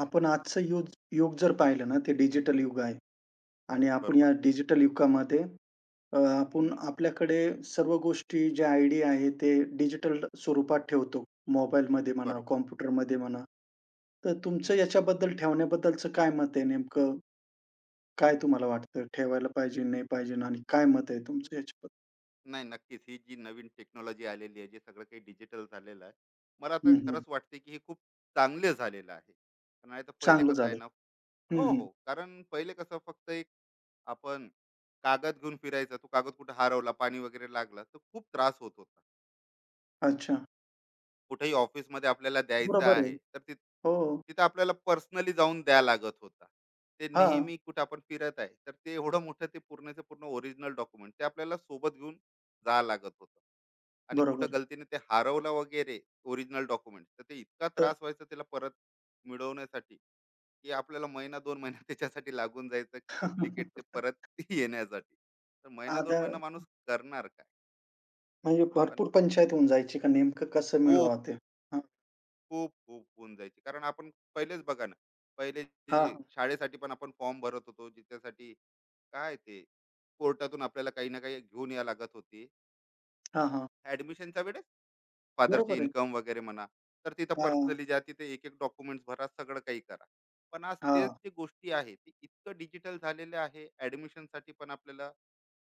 आपण आजचं युग युग जर पाहिलं ना, ते डिजिटल युग आहे. आणि आपण बरोबर. या डिजिटल युगामध्ये आपण हम्म, आपल्याकडे सर्व गोष्टी ज्या आयडिया आहेत, ते डिजिटल स्वरूपात ठेवतो. मोबाईलमध्ये म्हणा, बरोबर. कॉम्प्युटरमध्ये म्हणा. तर तुमचं हम्म, याच्याबद्दल ठेवण्याबद्दलचं काय मत आहे नेमकं? काय तुम्हाला वाटतं ठेवायला पाहिजे, नाही पाहिजे आणि काय मत आहे न- तुमचं याच्याबद्दल? नाही, नक्कीच ही जी नवीन टेक्नॉलॉजी आलेली आहे, जे सगळं काही डिजिटल झालेलं आहे, मला तर हं, हं. खरंच वाटते की हे खूप चांगले झालेलं आहे. नाही तर पहिले चांगलं कसं आहे झालं. ना, हं, हो हं. हो, कारण पहिले कसं फक्त एक आपण कागद घेऊन फिरायचा, तो कागद कुठे हरवला, पाणी वगैरे लागला तर खूप त्रास होत होता. अच्छा. कुठेही ऑफिसमध्ये आपल्याला द्यायचं बरोबर आहे. आहे तर तिथ, हो. हो. तिथं आपल्याला पर्सनली जाऊन द्या लागत होता. ते हां. नेहमी कुठं आपण फिरत आहे तर ते एवढं मोठं ते पूर्णचं पूर्ण ओरिजिनल डॉक्युमेंट ते आपल्याला सोबत घेऊन जा लागत होतं. आणि कुठं बरोबर आहे. गलतीने ते हरवलं वगैरे, ओरिजिनल डॉक्युमेंट, तर ते इतका तर त्रास व्हायचा त्याला परत मिळवण्यासाठी, की आपल्याला महिना दोन महिना त्याच्यासाठी लागून जायचं की डुप्लिकेट ते परत येण्यासाठी. तर महिना दोन आता महिना माणूस करणार काय? म्हणजे पण भरपूर पंचायत होऊन जायची का नेमकं कसं खूप मिळवावं ते? हां, खूप खूप होऊन जायची, कारण आपण पहिलेच बघा ना. पहिले जे हां, शाळेसाठी पण आपण फॉर्म भरत होतो, ज्याच्यासाठी काय, ते कोर्टातून आपल्याला काही ना काही घेऊन या लागत होती, हां, हां. ऍडमिशनच्या वेळेस, फादरची बरोबर आहे. इन्कम वगैरे म्हणा. तर तिथं हां, पर्सनली जा, तिथे एक एक डॉक्युमेंट्स भरा, सगळं काही करा. पण आज तेच हां. जे गोष्टी आहे ते इतकं डिजिटल झालेले आहे, ऍडमिशनसाठी पण आपल्याला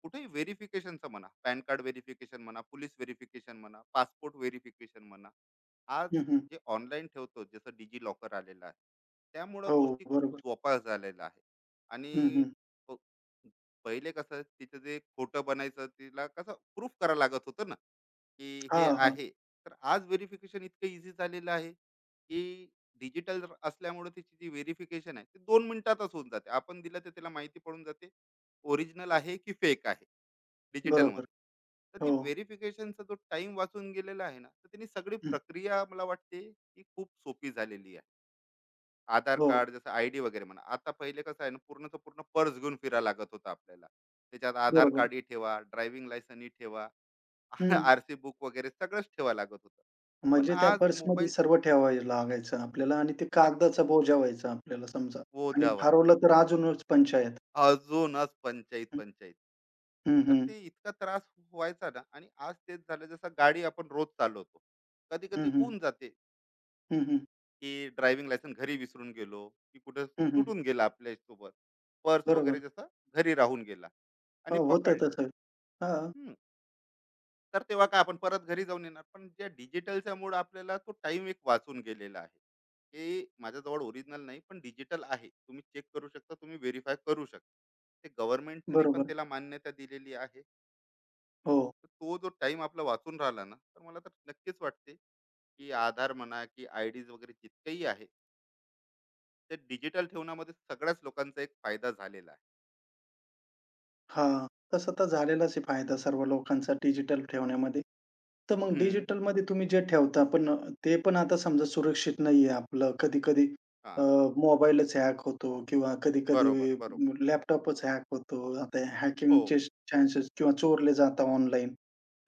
कुठेही व्हेरिफिकेशनचं म्हणा, पॅन कार्ड व्हेरिफिकेशन म्हणा, पोलीस व्हेरिफिकेशन म्हणा, पासपोर्ट व्हेरिफिकेशन म्हणा, आज हं, हं. जे ऑनलाईन ठेवतो, जसं डिजी लॉकर आलेलं आहे, त्यामुळं हो, गोष्टी खूप बरोबर. सोप्या झालेल्या आहे. हं, आणि हं. प- पहिले कसं तिचं जे खोटं बनायचं, तिला कसं प्रूफ करावं लागत होतं ना, की हे हां, हां. आहे. तर आज व्हेरिफिकेशन इतकं इझी झालेलं आहे, की डिजिटल असल्यामुळे त्याची जी व्हेरिफिकेशन आहे ते 2 मिनिटातच होऊन जाते. आपण दिलं तर त्याला माहिती पडून जाते, ओरिजिनल आहे की फेक आहे, बरोबर. डिजिटलमध्ये. तर हो. ती व्हेरिफिकेशनचा जो टाइम वाचून गेलेला आहे ना, तर त्यांनी सगळी हं. प्रक्रिया मला वाटते की खूप सोपी झालेली आहे. आधार हो, कार्ड जसं आय डी वगैरे म्हणा, आता पहिले कसं आहे ना, पूर्णचं पूर्ण पर्स घेऊन फिरायला लागत होतं आपल्याला. त्याच्यात आधार बरोबर. कार्डही ठेवा, ड्रायव्हिंग लायसनही ठेवा, हं. आरसी बुक वगैरे सगळंच ठेवा लागत होतं. पण म्हणजे त्या आज पर्समध्ये मोबाईल, सर्व ठेवायला लागायचं आपल्याला आणि ते कागदाचा बोजा व्हायचा आपल्याला समजा. आणि बोजा व्हायचा. हरवलं तर अजूनच पंचायत. अजूनच पंचायत, हं, पंचायत. हं, तर हं. ते इतका त्रास व्हायचा ना, आणि आज तेच झालं. जसं गाडी आपण रोज चालवतो. कधी-कधी हं, हं. होऊन जाते, हं, हं. की ड्रायव्हिंग लायसन्स घरी विसरून गेलो, की कुठं हं, हं. सुटून गेला आपल्यासोबत. पर्स बरोबर. वगैरे जसं घरी राहून गेला हो, आणि होतं पकडली. तसं. हां, तर तेव्हा काय आपण परत घरी जाऊन येणार? पण ज्या डिजिटलच्या मुळे आपल्याला तो टाइम एक वाचून गेलेला आहे, की माझ्याजवळ ओरिजिनल नाही पण डिजिटल आहे, तुम्ही चेक करू शकता, तुम्ही व्हेरीफाय करू शकता. ते गव्हर्नमेंटने पण बरोबर. त्याला मान्यता दिलेली आहे. हो. तर तो जो टाइम आपला वाचून राहिला ना, तर मला तर नक्कीच वाटते की आधार म्हणा की आय डीज वगैरे जितकेही आहे, ते डिजिटल ठेवण्यामध्ये सगळ्याच लोकांचा एक फायदा झालेला आहे. हां. तसं तर झालेलाच आहे फायदा सर्व लोकांचा डिजिटल ठेवण्यामध्ये. तर मग हम्म, डिजिटलमध्ये तुम्ही जे ठेवता पण ते पण आता समजा सुरक्षित नाहीये आपलं कधी-कधी. अ, हा, मोबाईलच हॅक होतो किंवा कधी-कधी बरोबर बरोबर. लॅपटॉपच हॅक होतो. आता हो. हॅकिंगचे चान्सेस किंवा चोरले जातात ऑनलाईन.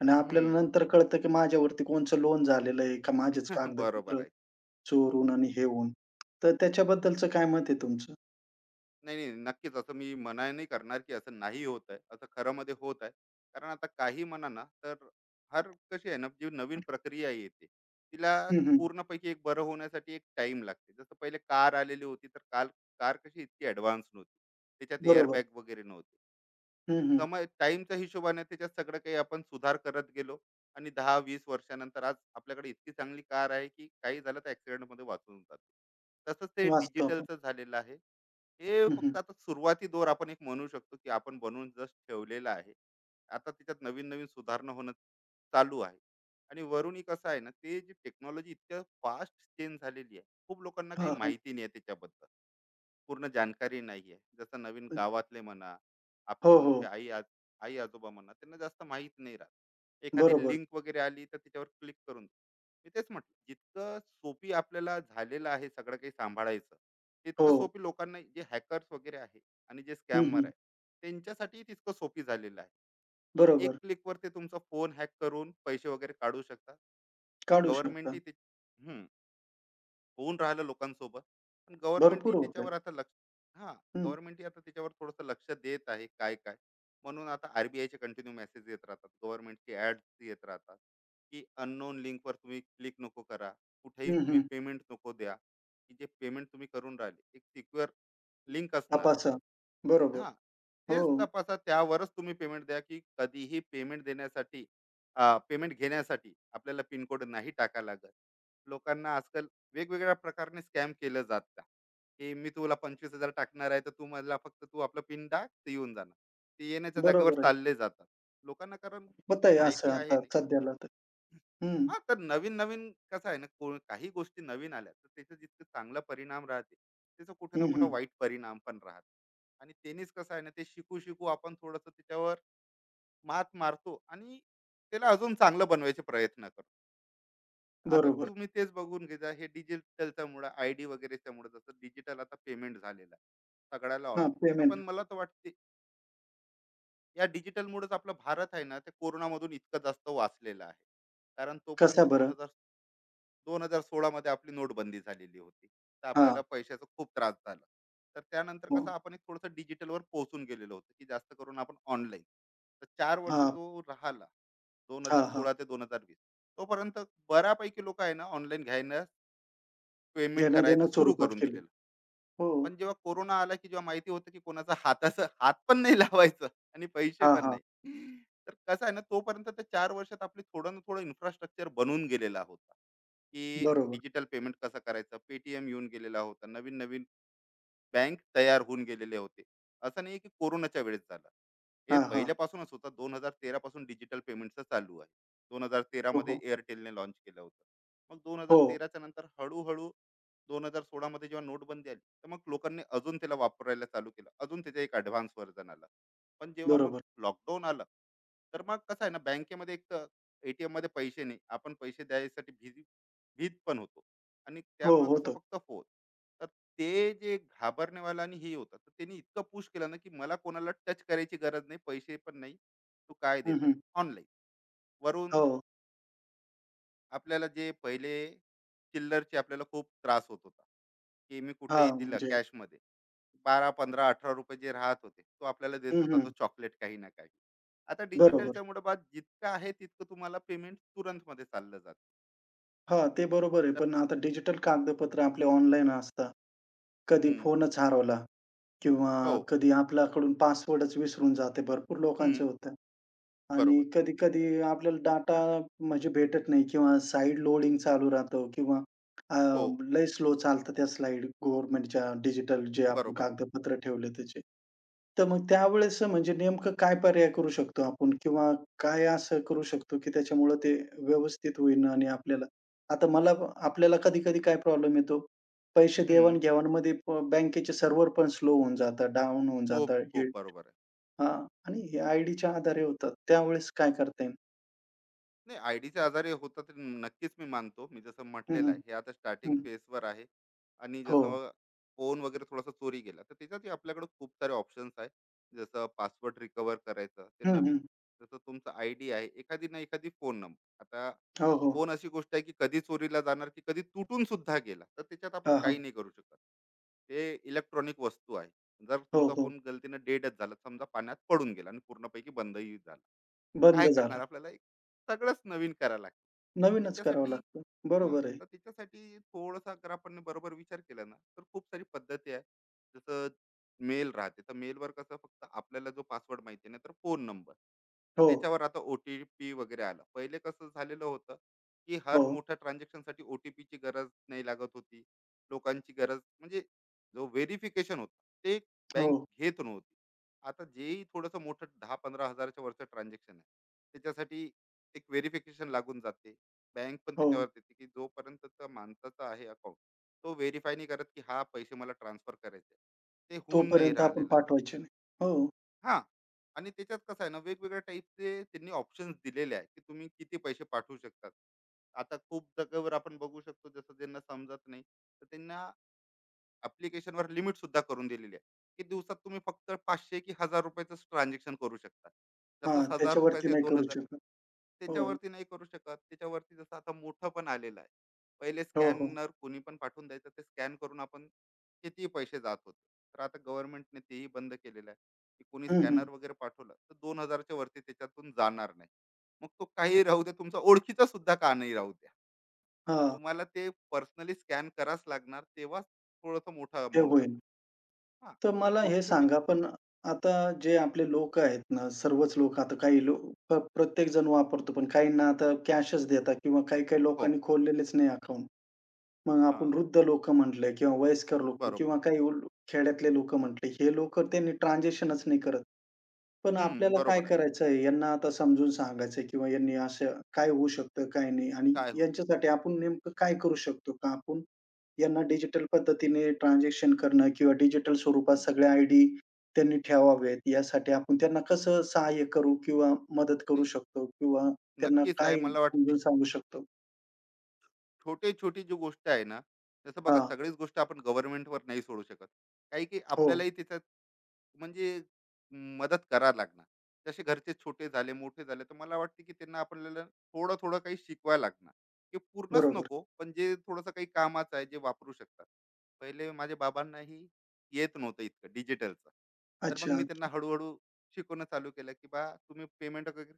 आणि आपल्याला हम्म. नंतर कळतं की माझ्यावरती कोणचं लोन झालेलं आहे का माझेच बरोबर कागदपत्र आहे. चोर होऊन आणि हे होऊन. तर त्याच्याबद्दलचं काय मत आहे तुमचं? नाही, नाही. नक्कीच असं मी मना नाही करणार, की असं नाही होत आहे. असं खरंमध्ये होत आहे. कारण आता काही म्हणा ना, तर हर कशी आहे ना, जी नवीन प्रक्रिया येते, तिला हं, हं. पूर्णपैकी एक बरं होण्यासाठी एक टाईम लागते. जसं पहिले कार आलेली होती, तर काल कार कशी इतकी ॲडव्हान्स नव्हती. त्याच्यात बरोबर. एअरबॅग वगैरे नव्हते. हं, हं. समय टाईमच्या हिशोबाने त्याच्यात सगळं काही आपण सुधार करत गेलो, आणि 10-20 वर्षानंतर आज आपल्याकडे इतकी चांगली कार आहे, की काही झालं तर ॲक्सिडेंटमध्ये वाचून जातो. तसंच ते वाचतो आपण. डिजिटलचं झालेलं आहे. हे हं, हं. फक्त आता सुरुवाती दोर आपण एक म्हणू शकतो, की आपण बनवून जस्ट ठेवलेलं आहे. आता त्याच्यात नवीन-नवीन सुधारणा होणं चालू आहे. आणि वरूनही कसं आहे ना, ते जी टेक्नॉलॉजी इतक्या फास्ट चेंज झालेली आहे. खूप लोकांना काही हां, हां. माहिती नाही आहे त्याच्याबद्दल. पूर्ण जानकारी नाही आहे. जसं नवीन हं. गावातले म्हणा, आपले हो, मोठे हो. आई, आज आई-आजोबा म्हणा, त्यांना जास्त माहीत नाही राहत. एखादी बरोबर. लिंक वगैरे आली तर त्याच्यावर क्लिक करून, मी तेच म्हटलं, जितकं सोपी आपल्याला झालेलं आहे सगळं काही सांभाळायचं, हो. तितकं सोपी लोकांना जे हॅकर्स वगैरे आहे आणि जे हं, स्कॅमर हं. आहे, त्यांच्यासाठी तितकं सोपी झालेलं आहे, की एक बरोबर. क्लिकवर ते तुमचा फोन हॅक करून पैसे वगैरे काढू शकतात. पण काढू शकता. गव्हर्नमेंटही ते, हम्म, होऊन राहिलं लोकांसोबत. पण भरपूर गव्हर्नमेंटही होते. त्याच्यावर आता लक्ष. हां. हं. गव्हर्नमेंटही आता त्याच्यावर थोडंसं लक्ष देत आहे, काय काय. म्हणून आता आरबीआयचे कंटिन्यू मेसेज येत राहतात, गव्हर्नमेंटचे ॲड्स येत राहतात, की अननोन लिंकवर तुम्ही क्लिक नको करा, कुठेही हं, तुम्ही हं. पेमेंट नको द्या, की जे पेमेंट तुम्ही करून राहिले एक सिक्युअर लिंक असणार. तपासा. बरोबर. हां, हो. तेच तपासा, त्यावरच तुम्ही पेमेंट द्या. की कधीही पेमेंट देण्यासाठी, पेमेंट घेण्यासाठी आपल्याला पिन कोड नाही टाकायला लागत. लोकांना आजकाल वेगवेगळ्या प्रकारे स्कॅम केलं जातं, की मी तुला 25,000 टाकणार आहे, तर तू मला फक्त तू आपला पिन टाक, ते येऊन जाणार. ते येण्याच्या जागेवर बरोबर आहे. चालले जातात. लोकांना कारण होत इतकी आहे असं माहिती आहे आता नाही. सध्याला तर. हं. हा, तर नवीन नवीन कसं आहे ना, काही गोष्टी नवीन आल्या तर त्याचा जितकं चांगला परिणाम राहते, त्याचा कुठे ना हं, कुठं हं. वाईट परिणाम पण राहते. आणि त्यांनीच कसं आहे ना, ते शिकू शिकू आपण थोडस त्याच्यावर मात मारतो, आणि त्याला अजून चांगलं बनवायचे प्रयत्न करतो. आता बरोबर. तुम्ही तेच बघून घेता, हे डिजिटलच्या मुळे, आय डी वगैरेच्या मुळे, जसं डिजिटल आता पेमेंट झालेलं आहे, सगळ्याला हां, ऑनलाईन पेमेंट. आपण, मला तर वाटते या डिजिटलमुळेच आपला भारत आहे ना, ते कोरोनामधून इतकं जास्त वाचलेला आहे. कारण कसा तोपर्यंत बरं? 2016 मध्ये आपली नोटबंदी झालेली होती, तर हां. आपल्याला पैशाचा खूप त्रास झाला. तर त्यानंतर हो. कसं आपण एक थोडंसं डिजिटलवर पोहोचून गेलेलो होतो, की जास्त करून आपण ऑनलाईन. तर 4 वर्ष हां. जो राहिला, दोन हां, हजार हां. सोळा ते दोन हजार वीस तोपर्यंत बऱ्यापैकी लोक आहे ना ऑनलाईन घ्यायला, पेमेंट करायचं देणं-देणंच सुरू स्वरूपात करून केली. दिलेलं. हो. पण जेव्हा कोरोना आला, की जेव्हा माहिती होतं की कोणाचा हाताचा हात पण नाही लावायचं आणि पैसे हां, पण हां. नाही. तर कसं आहे ना, तोपर्यंत त्या 4 वर्षात आपली थोडं ना थोडं इन्फ्रास्ट्रक्चर बनून गेलेला होता, की बरोबर. डिजिटल पेमेंट कसं करायचं? Paytm येऊन गेलेला होता. नवीन-नवीन बँक तयार होऊन गेलेले होते. असं नाही की कोरोनाच्या वेळेस झालं, हे हां, हां. पहिल्यापासूनच होतं. 2013 पासून डिजिटल पेमेंटचं चालू आहे. दोन हजार हो, तेरामध्ये हो. एअरटेलने लॉन्च केलं होतं. मग दोन हजार हो. तेराच्या नंतर हळूहळू 2016 मध्ये जेव्हा नोटबंदी आली, तर मग लोकांनी अजून त्याला वापरायला चालू केलं, अजून त्याचं एक ॲडव्हान्स व्हर्जन आलं. पण जेव्हा मग बरोबर. लॉकडाऊन आलं, तर मग कसं आहे ना, बँकेमध्ये एक तर ATM मध्ये पैसे नाही, आपण पैसे द्यायसाठी भीत पण होतो. आणि हो, त्यामुळे कसं होतं. फक्त फोन, ते जे घाबरण्यावालं आणि हे होतं, तर त्यांनी इतकं पुश केलं ना, की मला कोणाला टच करायची गरज नाही, पैसे पण नाही. तू काय देत हं, आहे? हं. ऑनलाईन. वरून हो. आपल्याला जे पहिले चिल्लरचे आपल्याला खूप त्रास होत होता, की मी हां, कुठेही दिलं म्हणजे कॅशमध्ये, ₹12, ₹15, ₹18 जे राहत होते, तो आपल्याला देत हं, होता तो हं. चॉकलेट काही ना काही. आता बरोबर. डिजिटलच्या मुळे बा जितकं आहे तितकं तुम्हाला पेमेंट तुरंतमध्ये चाललं जातं. हां, ते बरोबर आहे. तर, पण आता डिजिटल कागदपत्र आपले ऑनलाईन असतात. कधी हं, फोनच हरवला किंवा हो, कधी आपल्याकडून पासवर्डच विसरून जाते. भरपूर हं, लोकांचे होतं. आणि बरोबर. कधी-कधी आपल्याला डाटा म्हणजे भेटत नाही किंवा साइड लोडिंग चालू राहतं किंवा अ, हो, लय स्लो चालतं त्या स्लाईड गव्हर्नमेंटच्या डिजिटल जे आपण बरोबर आहे. कागदपत्र ठेवले त्याचे. तर मग त्यावेळेस म्हणजे नेमकं काय पर्याय करू शकतो आपण किंवा काय असं करू शकतो, की त्याच्यामुळं ते व्यवस्थित होईन आणि आपल्याला आता मला आपल्याला कधी-कधी काय प्रॉब्लेम येतो, पैसे हं, देवाण-घेवाणमध्ये बँकेचे सर्व्हर पण स्लो होऊन जातात, डाउन होऊन खूप, जातात हे. खूप बरोबर आहे. हां. आणि हे आयडीच्या आधारे होतात. त्यावेळेस काय करता येईल? नाही, आयडीचे आजारी होता तर नक्कीच मी मानतो. मी जसं हं, म्हटलेलं हं, आहे, हे आता स्टार्टिंग हं. फेजवर आहे. आणि हो. जसं फोन वगैरे थोडासा चोरी गेला, तर त्याच्यातही आपल्याकडे खूप सारे ऑप्शन्स आहे, जसं पासवर्ड रिकवर करायचं, ते हं, नवीन. हं. जसं तुमचा आय डी आहे, एखादी ना एखादी फोन नंबर. आता हो, हो. फोन अशी गोष्ट आहे की कधी चोरीला जाणार, की कधी तुटून सुद्धा गेला, तर त्याच्यात आपण हां, काही हां. नाही करू शकत. ते इलेक्ट्रॉनिक वस्तू आहे. जर हो, तुमचा हो. फोन गलतीनं डेडच झाला, समजा पाण्यात पडून गेला आणि पूर्णपैकी बंदही झाला, बंद काय झाला. करणार आपल्याला? एक सगळंच नवीन करायला लागतं. पण नवीनच करावं त्याच्यासाठी, लागतं. हां, बरोबर आहे. तर त्याच्यासाठी थोडासा अगर आपण बरोबर विचार केला ना, तर खूप सारी पद्धती आहे. जसं मेल राहते, तर मेलवर कसं फक्त आपल्याला जो पासवर्ड माहिती नाही, तर फोन नंबर, हो, त्याच्यावर आता ओ टी पी वगैरे आला. पहिले कसं झालेलं होतं, की हर हो, मोठ्या ट्रान्झॅक्शनसाठी ओ टी पीची गरज नाही लागत होती. लोकांची गरज म्हणजे, जो व्हेरिफिकेशन होता, ते हो, बँक घेत नव्हती. आता जेही थोडंसं मोठं 10-15 हजाराच्या वरचं ट्रान्झॅक्शन आहे, त्याच्यासाठी एक व्हेरिफिकेशन लागून जाते. बँक पण हो. त्याच्यावर देते, की जोपर्यंतचा माणसाचा आहे अकाउंट, तो व्हेरिफाय नाही करत, की हा पैसे मला ट्रान्सफर करायचे, ते होऊन नाही तोपर्यंत आपण राहिलेलं आहे. पाठवायचे नाही. हो. हां. आणि त्याच्यात कसं आहे ना, वेगवेगळ्या टाईपचे त्यांनी ऑप्शन्स दिलेले आहेत, की तुम्ही किती पैसे पाठवू शकतात. आता खूप जागेवर आपण बघू शकतो, जसं ज्यांना समजत नाही, तर त्यांना ऍप्लिकेशनवर लिमिट सुद्धा करून दिलेली आहे, की दिवसात तुम्ही फक्त 500 की 1000 रुपयाचं ट्रान्झॅक्शन करू शकता. हां, तसंच हजार त्याच्यावरती रुपयाचं या नाही दोन करू हजार शकत. हो. त्याच्यावरती नाही करू शकत. त्याच्यावरती जसं आता मोठं पण आलेलं आहे. पहिले हो, हो. स्कॅनर कोणी पण पाठवून द्यायचं, ते स्कॅन करून आपण किती पैसे जात होते. तर आता गव्हर्नमेंटने तेही बंद केलेलं आहे, की कोणी हं, हं. स्कॅनर वगैरे पाठवलं तर 2000 च्या वरती त्याच्यातून जाणार नाही. मग तो काही राहू दे तुमचा ओळखीचा सुद्धा, का नाही राहू दे, हां, तुम्हाला ते पर्सनली स्कॅन करावंच लागणार, तेव्हाच थोडंसं मोठा ते अमाउंट होईल. जाणार. हां. तर तर मला हे छोटी छोटी गो- सांगा पण आता जे आपले लोकं आहेत ना, सर्वच लोकं आता काही लोक प्रत्येक जण वापरतो, पण काहींना आता कॅशच देतात किंवा काही-काही हो, लोकांनी खोललेलेच नाही अकाउंट. मग हां, आपण वृद्ध लोकं म्हटलं किंवा वयस्कर लोकं बरोबर. किंवा काही खेड्यातले लोकं म्हटले, हे लोकं त्यांनी ट्रान्झिशनच नाही करत. पण हम्म, आपल्याला काय बरोबर आहे. करायचं आहे? यांना आता समजून सांगायचं किंवा यांनी असं काय होऊ शकतं, काय नाही आणि काय होईल? यांच्यासाठी आपण नेमकं काय करू शकतो? का आपण यांना डिजिटल पद्धतीने ट्रान्झॅक्शन करणं किंवा डिजिटल स्वरूपात हम्म, सगळ्या आयडी त्यांनी ठेवावेत, यासाठी आपण त्यांना कसं सहाय्य करू किंवा मदत करू नाही, शकतो किंवा त्यांना नक्कीच आहे, काय मला वाटतं समजून सांगू शकतो? छोटे-छोटी जी गोष्ट आहे ना, जसं बघा, हां. सगळीच गोष्ट आपण गव्हर्नमेंटवर नाही सोडू शकत. काही की हो. आपल्यालाही त्याच्यात, म्हणजे, मदत करावी लागणार. जसे घरचे छोटे झाले, मोठे झाले, तर मला वाटते की त्यांना आपल्याला थोडं-थोडं काही शिकवायला लागणार. ते पूर्णच बरोबर. नको, पण जे थोडंसं काही कामाचं आहे, जे वापरू शकतात. पहिले माझ्या बाबांनाही येत नव्हतं इतकं डिजिटलचं. तर मग अच्छा. मी त्यांना हळू शिकवणं चालू केलं, की "बा तुम्ही पेमेंट वगैरे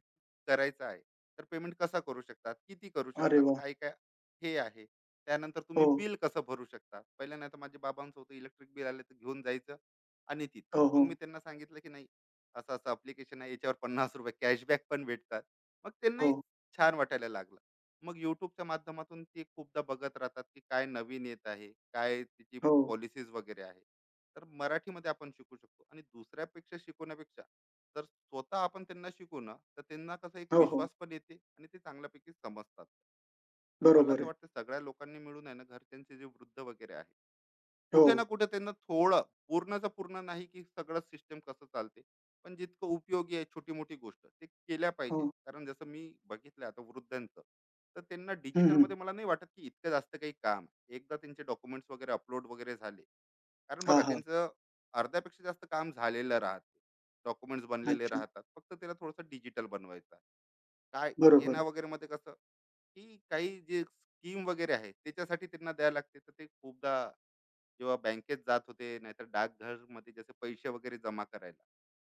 करायचं आहे, तर पेमेंट कसा करू शकतात? किती करू अरे शकतात? वाह! काय-काय हे आहे. त्यानंतर तुम्ही हो. बिल कसं भरू शकता. पहिले नाही तर माझ्या बाबांचं होतं, इलेक्ट्रिक बिल आलं तर घेऊन जायचं आणि तिथे. हो, मग हो. मी त्यांना सांगितलं की नाही, असं-असं ॲप्लिकेशन आहे, याच्यावर ₹50 कॅशबॅक पण भेटतात. मग हो, त्यांनाही छान वाटायला लागलं. मग YouTubeच्या माध्यमातून ते खूपदा बघत राहतात की काय नवीन येत आहे, काय त्याची हो. पॉलिसीज वगैरे आहे. तर मराठीमध्ये आपण शिकू शकतो, आणि दुसऱ्यापेक्षा शिकवण्यापेक्षा जर स्वतः आपण त्यांना शिकू ना, तर त्यांना कसं एक हो, हो. विश्वास पण येते आणि ते चांगल्यापैकी समजतात. तर मला बरोबर तर आहे. वाटतं सगळ्या लोकांनी मिळून आहे ना, घरच्यांचे जे वृद्ध वगैरे आहे, हो, कुठे ना कुठे त्यांना थोडं, पूर्णच पूर्ण नाही की सगळं सिस्टम कसं चालते, पण जितकं उपयोगी आहे छोटी मोठी गोष्ट ते केल्या पाहिजे, हो. कारण जसं मी बघितलं आता वृद्धांचं. तर त्यांना हं, हं. डिजिटलमध्ये मला नाही वाटत की इतकं जास्त काही काम आहे. एकदा त्यांचे डॉक्युमेंट्स वगैरे अपलोड वगैरे झाले, कारण हां, बघा हां. त्यांचं अर्ध्यापेक्षा जास्त काम झालेलं राहते. डॉक्युमेंट्स बनलेले अच्छा. राहतात, फक्त त्याला थोडंसं डिजिटल बनवायचं आहे. काय बरोबर. येणं वगैरे मध्ये कसं, की काही जे स्कीम वगैरे आहे त्याच्यासाठी त्यांना द्यायला लागते, तर ते खूपदा जेव्हा बँकेत जात होते नाहीतर डाकघर मध्ये जसे पैसे वगैरे जमा करायला,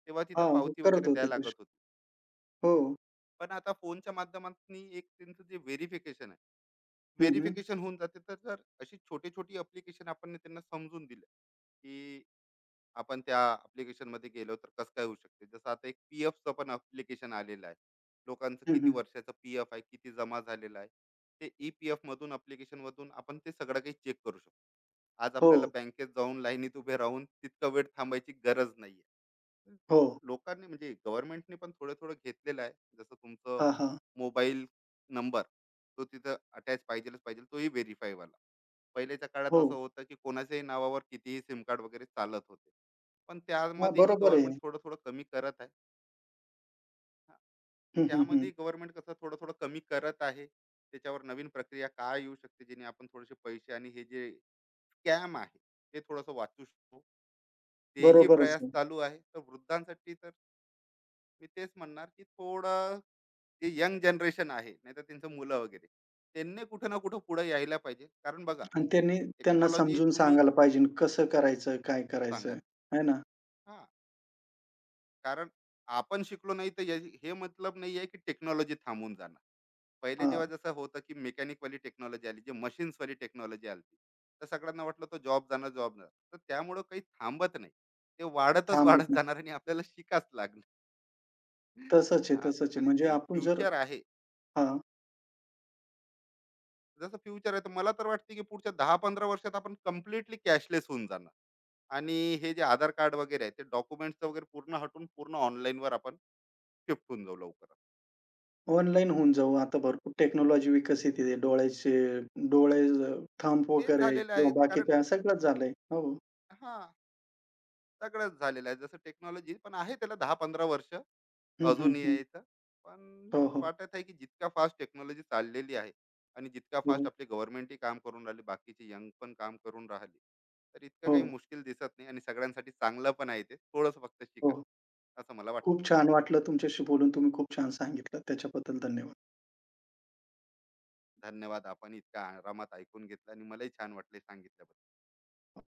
तेव्हा तिथं हां, हो, पावती करत वगैरे होते द्यायला लागत तसे. होती. हो. पण आता फोनच्या माध्यमातून एक त्यांचं जे व्हेरिफिकेशन आहे, हं, हं. व्हेरिफिकेशन होऊन जाते. तर जर अशी छोटी छोटी अप्लिकेशन आपण त्यांना समजून दिलं की आपण त्या application मध्ये गेलो तर कसं काय होऊ शकते. जसं आता एक पी एफचं पण अप्लिकेशन आलेलं आहे, लोकांचं हं, किती हं. वर्षाचं PF आहे, किती जमा झालेलं आहे, ते EPF मधून application मधून आपण ते सगळं काही चेक करू शकतो. आज हो, आपल्याला बँकेत जाऊन लाईनीत उभे राहून तितका वेळ थांबायची गरज नाही. तर हो. लोकांनी, म्हणजे गव्हर्नमेंटने पण थोडं थोडं घेतलेलं आहे. जसं तुमचं हां, हां. मोबाईल नंबर तो तिथं अटॅच पाहिजेलच पाहिजे, तोही व्हेरीफाय वाला. पहिल्याच्या काळात असं हो. होतं की कोणाच्याही नावावर कितीही सिम कार्ड वगैरे चालत होते, पण हां, त्यामध्येही बरोबर आहे. गव्हर्नमेंट थोडं थोडं कमी करत आहे. हा, हं, हं, हं. त्यामध्ये गव्हर्नमेंट कसं थोडं थोडं कमी करत आहे, त्याच्यावर नवीन प्रक्रिया काय येऊ शकते, जेणे आपण थोडेसे पैसे आणि हे जे स्कॅम आहे ते थोडंसं वाचू शकतो. तेही बरोबरच प्रयास आहे. चालू आहे. तर वृद्धांसाठी तर मी तेच म्हणणार की थोडं, जे यंग जनरेशन आहे नाहीतर त्यांचं मुलं वगैरे, त्यांनी कुठं ना कुठं पुढे यायला पाहिजे. कारण बघा, आणि त्यांनी त्यांना टेक्नॉलॉजी समजून तुम्ही सांगायला पाहिजे कसं करायचं, काय करायचं सांगाल. आहे ना? हा, कारण आपण शिकलो नाही तर, हे मतलब नाही आहे की टेक्नॉलॉजी थांबून जाणार. पहिले हां, जेव्हा जसं होतं की मेकॅनिकवाली टेक्नॉलॉजी आली, जे मशीन्सवाली टेक्नॉलॉजी आली, तर सगळ्यांना वाटलं तो जॉब जाणार, जॉब जाणार. तर त्यामुळं काही थांबत नाही. ते वाढतच थांबत वाढत नाही. जाणार आणि आपल्याला शिकाच लागणार. तसंच आहे, हा, तसंच आहे. आणि म्हणजे जी आपण जर फ्युचर आहे, हां. जसं फ्युचर आहे, तर मला तर वाटते की पुढच्या 10-15 वर्षात आपण कम्प्लिटली कॅशलेस होऊन जाणार. आणि हे जे आधार कार्ड वगैरे आहे, ते डॉक्युमेंट्स वगैरे पूर्ण हटून पूर्ण online वर आपण शिफ्ट होऊन जाऊ लवकर. ऑनलाईन होऊन जाऊ. आता भरपूर टेक्नॉलॉजी विकसित आहे. डोळ्याचे डोळे थंब ते वगैरे झालेलं किंवा आहे, कारण बाकीच्या सगळंच झालंय. हो. हा, सगळंच झालेलं आहे. जसं टेक्नॉलॉजी पण आहे, त्याला 10-15 वर्ष हं, हं, अजून हं. यायचं. पण हो, हो. वाटत आहे की जितका फास्ट टेक्नॉलॉजी चाललेली आहे, आणि जितका फास्ट हो, आपले गव्हर्नमेंटही काम करून राहिले, बाकीचे यंग पण काम करून राहिले, तर इतकं हो. काही मुश्किल दिसत नाही. आणि सगळ्यांसाठी चांगलं पण आहे, ते थोडंसं फक्त शिका, हो. असं मला वाटतं. खूप छान वाटलं तुमच्याशी बोलून. तुम्ही खूप छान सांगितलं. त्याच्याबद्दल धन्यवाद. धन्यवाद, आपण इतका आरामात ऐकून घेतलं आणि मलाही छान वाटले सांगितलं.